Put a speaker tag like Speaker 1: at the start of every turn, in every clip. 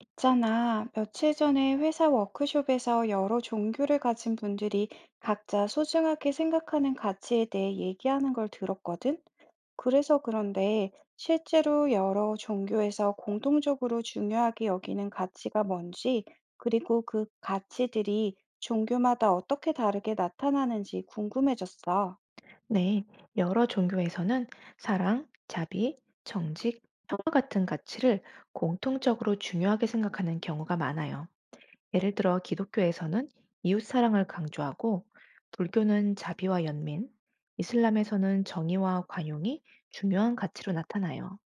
Speaker 1: 있잖아, 며칠 전에 회사 워크숍에서 여러 종교를 가진 분들이 각자 소중하게 생각하는 가치에 대해 얘기하는 걸 들었거든? 그래서 그런데 실제로 여러 종교에서 공통적으로 중요하게 여기는 가치가 뭔지, 그리고 그 가치들이 종교마다 어떻게 다르게 나타나는지 궁금해졌어.
Speaker 2: 네, 여러 종교에서는 사랑, 자비, 정직, 평화 같은 가치를 공통적으로 중요하게 생각하는 경우가 많아요. 예를 들어 기독교에서는 이웃 사랑을 강조하고, 불교는 자비와 연민, 이슬람에서는 정의와 관용이 중요한 가치로 나타나요.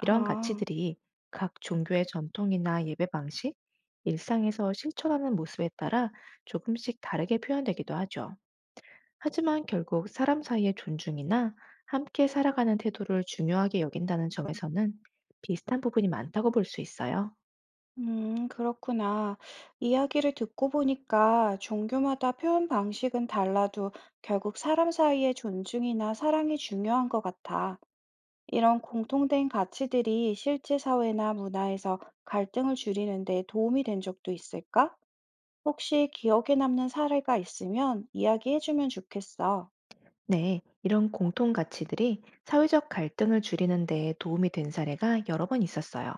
Speaker 2: 이런 가치들이 각 종교의 전통이나 예배 방식, 일상에서 실천하는 모습에 따라 조금씩 다르게 표현되기도 하죠. 하지만 결국 사람 사이의 존중이나 함께 살아가는 태도를 중요하게 여긴다는 점에서는 비슷한 부분이 많다고 볼 수 있어요.
Speaker 1: 그렇구나. 이야기를 듣고 보니까 종교마다 표현 방식은 달라도 결국 사람 사이의 존중이나 사랑이 중요한 것 같아. 이런 공통된 가치들이 실제 사회나 문화에서 갈등을 줄이는데 도움이 된 적도 있을까? 혹시 기억에 남는 사례가 있으면 이야기해주면 좋겠어.
Speaker 2: 네, 이런 공통 가치들이 사회적 갈등을 줄이는 데 도움이 된 사례가 여러 번 있었어요.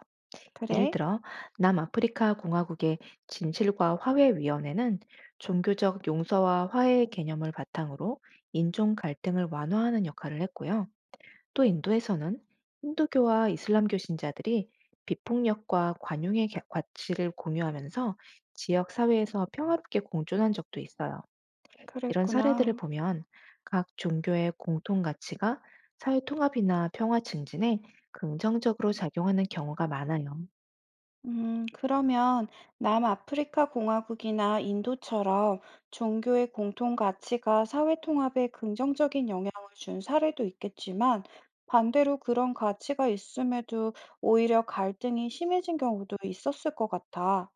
Speaker 2: 예를
Speaker 1: 그래?
Speaker 2: 들어, 남아프리카 공화국의 진실과 화해위원회는 종교적 용서와 화해의 개념을 바탕으로 인종 갈등을 완화하는 역할을 했고요. 또 인도에서는 힌두교와 이슬람교 신자들이 비폭력과 관용의 가치를 공유하면서 지역 사회에서 평화롭게 공존한 적도 있어요. 이런 사례들을
Speaker 1: 그랬구나.
Speaker 2: 보면 각 종교의 공통 가치가 사회 통합이나 평화 증진에 긍정적으로 작용하는 경우가 많아요.
Speaker 1: 그러면 남아프리카 공화국이나 인도처럼 종교의 공통 가치가 사회 통합에 긍정적인 영향을 준 사례도 있겠지만 반대로 그런 가치가 있음에도 오히려 갈등이 심해진 경우도 있었을 것 같아.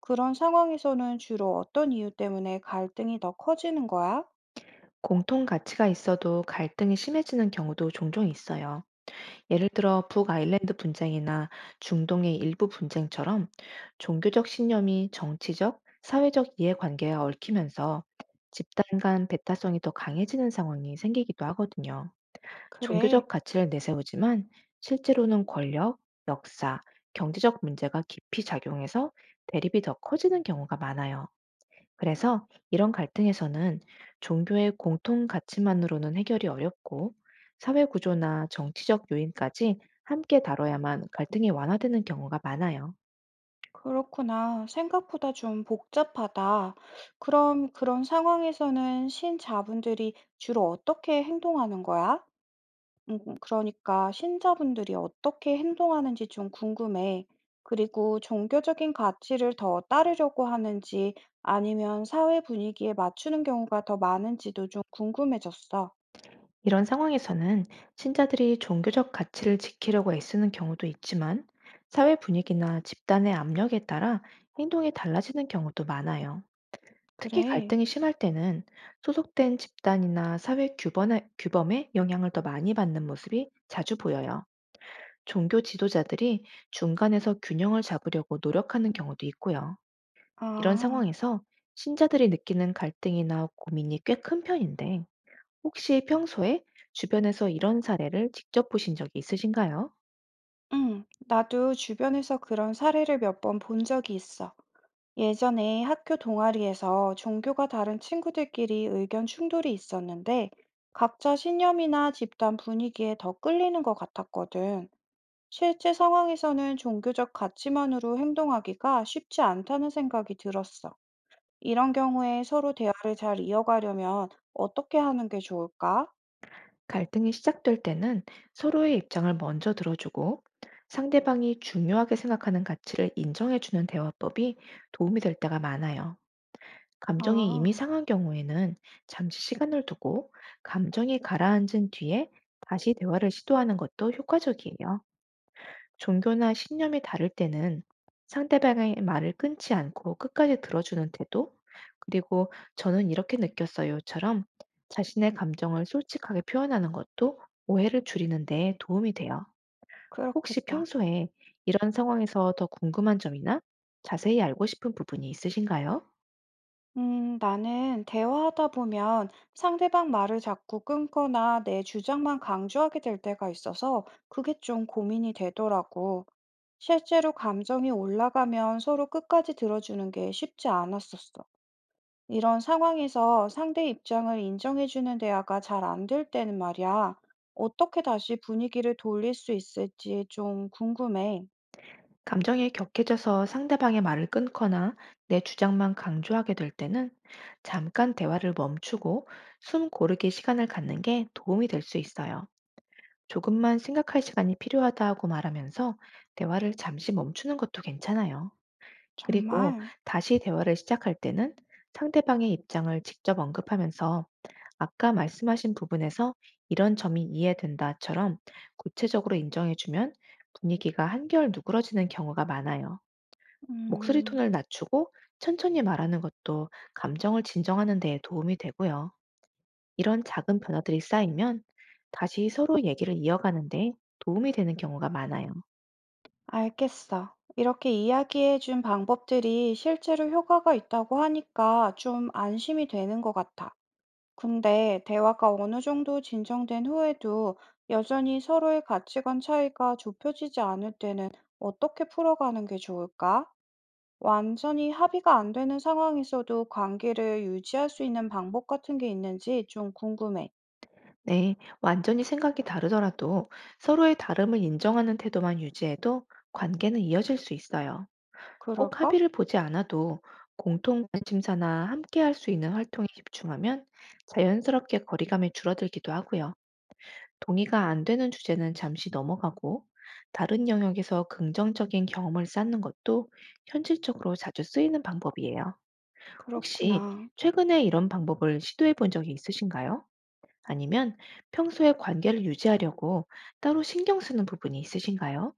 Speaker 1: 그런 상황에서는 주로 어떤 이유 때문에 갈등이 더 커지는 거야?
Speaker 2: 공통 가치가 있어도 갈등이 심해지는 경우도 종종 있어요. 예를 들어 북아일랜드 분쟁이나 중동의 일부 분쟁처럼 종교적 신념이 정치적, 사회적 이해관계와 얽히면서 집단 간 배타성이 더 강해지는 상황이 생기기도 하거든요.
Speaker 1: 그래.
Speaker 2: 종교적 가치를 내세우지만 실제로는 권력, 역사, 경제적 문제가 깊이 작용해서 대립이 더 커지는 경우가 많아요. 그래서 이런 갈등에서는 종교의 공통 가치만으로는 해결이 어렵고 사회 구조나 정치적 요인까지 함께 다뤄야만 갈등이 완화되는 경우가 많아요.
Speaker 1: 그렇구나. 생각보다 좀 복잡하다. 그럼 그런 상황에서는 신자분들이 주로 어떻게 행동하는 거야? 그러니까 신자분들이 어떻게 행동하는지 좀 궁금해. 그리고 종교적인 가치를 더 따르려고 하는지 아니면 사회 분위기에 맞추는 경우가 더 많은지도 좀 궁금해졌어.
Speaker 2: 이런 상황에서는 신자들이 종교적 가치를 지키려고 애쓰는 경우도 있지만 사회 분위기나 집단의 압력에 따라 행동이 달라지는 경우도 많아요. 특히
Speaker 1: 그래.
Speaker 2: 갈등이 심할 때는 소속된 집단이나 사회 규범의 영향을 더 많이 받는 모습이 자주 보여요. 종교 지도자들이 중간에서 균형을 잡으려고 노력하는 경우도 있고요. 이런
Speaker 1: 아,
Speaker 2: 상황에서 신자들이 느끼는 갈등이나 고민이 꽤 큰 편인데, 혹시 평소에 주변에서 이런 사례를 직접 보신 적이 있으신가요?
Speaker 1: 응. 나도 주변에서 그런 사례를 몇 번 본 적이 있어. 예전에 학교 동아리에서 종교가 다른 친구들끼리 의견 충돌이 있었는데 각자 신념이나 집단 분위기에 더 끌리는 것 같았거든. 실제 상황에서는 종교적 가치만으로 행동하기가 쉽지 않다는 생각이 들었어. 이런 경우에 서로 대화를 잘 이어가려면 어떻게 하는 게 좋을까?
Speaker 2: 갈등이 시작될 때는 서로의 입장을 먼저 들어주고 상대방이 중요하게 생각하는 가치를 인정해주는 대화법이 도움이 될 때가 많아요. 감정이 이미
Speaker 1: 아,
Speaker 2: 상한 경우에는 잠시 시간을 두고 감정이 가라앉은 뒤에 다시 대화를 시도하는 것도 효과적이에요. 종교나 신념이 다를 때는 상대방의 말을 끊지 않고 끝까지 들어주는 태도, 그리고 저는 이렇게 느꼈어요처럼 자신의 감정을 솔직하게 표현하는 것도 오해를 줄이는 데 도움이 돼요. 혹시
Speaker 1: 그렇겠다.
Speaker 2: 평소에 이런 상황에서 더 궁금한 점이나 자세히 알고 싶은 부분이 있으신가요?
Speaker 1: 나는 대화하다 보면 상대방 말을 자꾸 끊거나 내 주장만 강조하게 될 때가 있어서 그게 좀 고민이 되더라고. 실제로 감정이 올라가면 서로 끝까지 들어주는 게 쉽지 않았었어. 이런 상황에서 상대 입장을 인정해주는 대화가 잘 안될 때는 말이야. 어떻게 다시 분위기를 돌릴 수 있을지 좀 궁금해.
Speaker 2: 감정이 격해져서 상대방의 말을 끊거나 내 주장만 강조하게 될 때는 잠깐 대화를 멈추고 숨 고르기 시간을 갖는 게 도움이 될 수 있어요. 조금만 생각할 시간이 필요하다고 말하면서 대화를 잠시 멈추는 것도 괜찮아요. 그리고
Speaker 1: 정말?
Speaker 2: 다시 대화를 시작할 때는 상대방의 입장을 직접 언급하면서 아까 말씀하신 부분에서 이런 점이 이해된다처럼 구체적으로 인정해주면 분위기가 한결 누그러지는 경우가 많아요. 목소리
Speaker 1: 음.
Speaker 2: 톤을 낮추고 천천히 말하는 것도 감정을 진정하는 데 도움이 되고요. 이런 작은 변화들이 쌓이면 다시 서로 얘기를 이어가는데 도움이 되는 경우가 많아요.
Speaker 1: 알겠어. 이렇게 이야기해 준 방법들이 실제로 효과가 있다고 하니까 좀 안심이 되는 것 같아. 근데 대화가 어느 정도 진정된 후에도 여전히 서로의 가치관 차이가 좁혀지지 않을 때는 어떻게 풀어가는 게 좋을까? 완전히 합의가 안 되는 상황에서도 관계를 유지할 수 있는 방법 같은 게 있는지 좀 궁금해.
Speaker 2: 네, 완전히 생각이 다르더라도 서로의 다름을 인정하는 태도만 유지해도 관계는 이어질 수 있어요. 꼭
Speaker 1: 그럴까?
Speaker 2: 합의를 보지 않아도 공통 관심사나 함께 할 수 있는 활동에 집중하면 자연스럽게 거리감이 줄어들기도 하고요. 동의가 안 되는 주제는 잠시 넘어가고, 다른 영역에서 긍정적인 경험을 쌓는 것도 현실적으로 자주 쓰이는 방법이에요. 혹시
Speaker 1: 그렇구나.
Speaker 2: 최근에 이런 방법을 시도해 본 적이 있으신가요? 아니면 평소에 관계를 유지하려고 따로 신경 쓰는 부분이 있으신가요?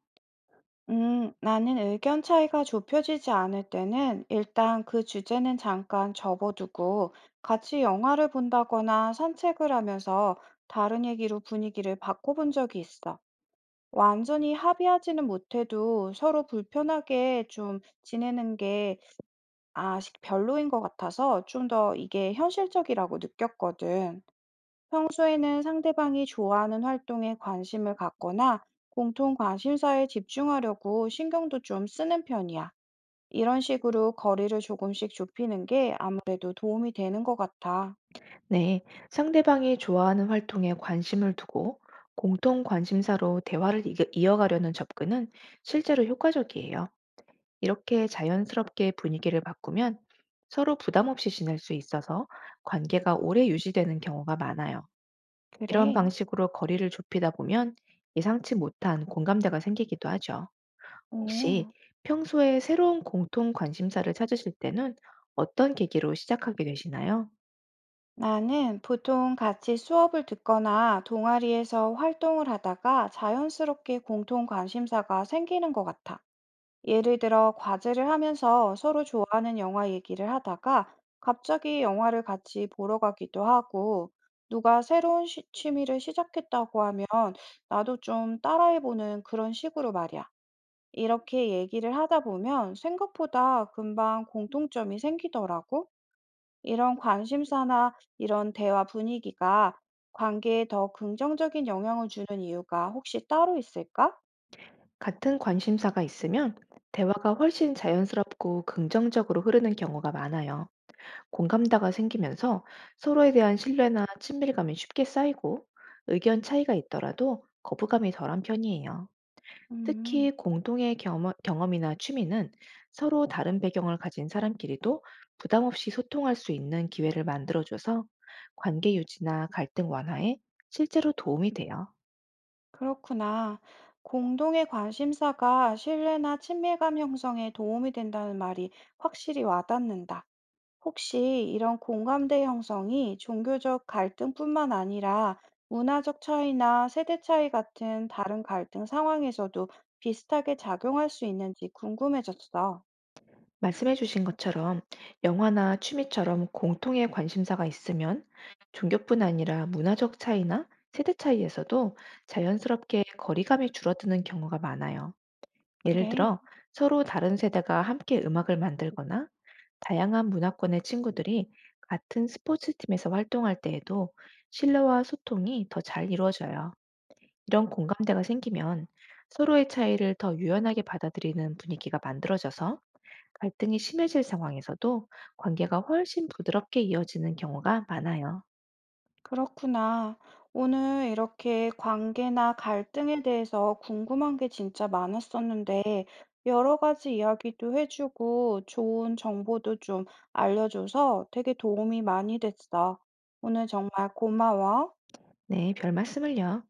Speaker 1: 나는 의견 차이가 좁혀지지 않을 때는 일단 그 주제는 잠깐 접어두고 같이 영화를 본다거나 산책을 하면서 다른 얘기로 분위기를 바꿔본 적이 있어. 완전히 합의하지는 못해도 서로 불편하게 좀 지내는 게 아, 별로인 것 같아서 좀 더 이게 현실적이라고 느꼈거든. 평소에는 상대방이 좋아하는 활동에 관심을 갖거나 공통 관심사에 집중하려고 신경도 좀 쓰는 편이야. 이런 식으로 거리를 조금씩 좁히는 게 아무래도 도움이 되는 것 같아.
Speaker 2: 네, 상대방이 좋아하는 활동에 관심을 두고 공통 관심사로 대화를 이어가려는 접근은 실제로 효과적이에요. 이렇게 자연스럽게 분위기를 바꾸면 서로 부담 없이 지낼 수 있어서 관계가 오래 유지되는 경우가 많아요. 이런
Speaker 1: 그래.
Speaker 2: 방식으로 거리를 좁히다 보면 예상치 못한 공감대가 생기기도 하죠. 혹시
Speaker 1: 오.
Speaker 2: 평소에 새로운 공통 관심사를 찾으실 때는 어떤 계기로 시작하게 되시나요?
Speaker 1: 나는 보통 같이 수업을 듣거나 동아리에서 활동을 하다가 자연스럽게 공통 관심사가 생기는 것 같아. 예를 들어 과제를 하면서 서로 좋아하는 영화 얘기를 하다가 갑자기 영화를 같이 보러 가기도 하고 누가 새로운 취미를 시작했다고 하면 나도 좀 따라해보는 그런 식으로 말이야. 이렇게 얘기를 하다 보면 생각보다 금방 공통점이 생기더라고. 이런 관심사나 이런 대화 분위기가 관계에 더 긍정적인 영향을 주는 이유가 혹시 따로 있을까?
Speaker 2: 같은 관심사가 있으면 대화가 훨씬 자연스럽고 긍정적으로 흐르는 경우가 많아요. 공감대가 생기면서 서로에 대한 신뢰나 친밀감이 쉽게 쌓이고 의견 차이가 있더라도 거부감이 덜한 편이에요.
Speaker 1: 음.
Speaker 2: 특히 공동의 경험이나 취미는 서로 다른 배경을 가진 사람끼리도 부담 없이 소통할 수 있는 기회를 만들어줘서 관계 유지나 갈등 완화에 실제로 도움이 돼요.
Speaker 1: 그렇구나. 공동의 관심사가 신뢰나 친밀감 형성에 도움이 된다는 말이 확실히 와닿는다. 혹시 이런 공감대 형성이 종교적 갈등뿐만 아니라 문화적 차이나 세대 차이 같은 다른 갈등 상황에서도 비슷하게 작용할 수 있는지 궁금해졌어.
Speaker 2: 말씀해 주신 것처럼 영화나 취미처럼 공통의 관심사가 있으면 종교뿐 아니라 문화적 차이나 세대 차이에서도 자연스럽게 거리감이 줄어드는 경우가 많아요. 예를
Speaker 1: 그래.
Speaker 2: 들어 서로 다른 세대가 함께 음악을 만들거나 다양한 문화권의 친구들이 같은 스포츠 팀에서 활동할 때에도 신뢰와 소통이 더 잘 이루어져요. 이런 공감대가 생기면 서로의 차이를 더 유연하게 받아들이는 분위기가 만들어져서 갈등이 심해질 상황에서도 관계가 훨씬 부드럽게 이어지는 경우가 많아요.
Speaker 1: 그렇구나. 오늘 이렇게 관계나 갈등에 대해서 궁금한 게 진짜 많았었는데, 여러 가지 이야기도 해주고, 좋은 정보도 좀 알려줘서 되게 도움이 많이 됐어. 오늘 정말 고마워.
Speaker 2: 네, 별 말씀을요.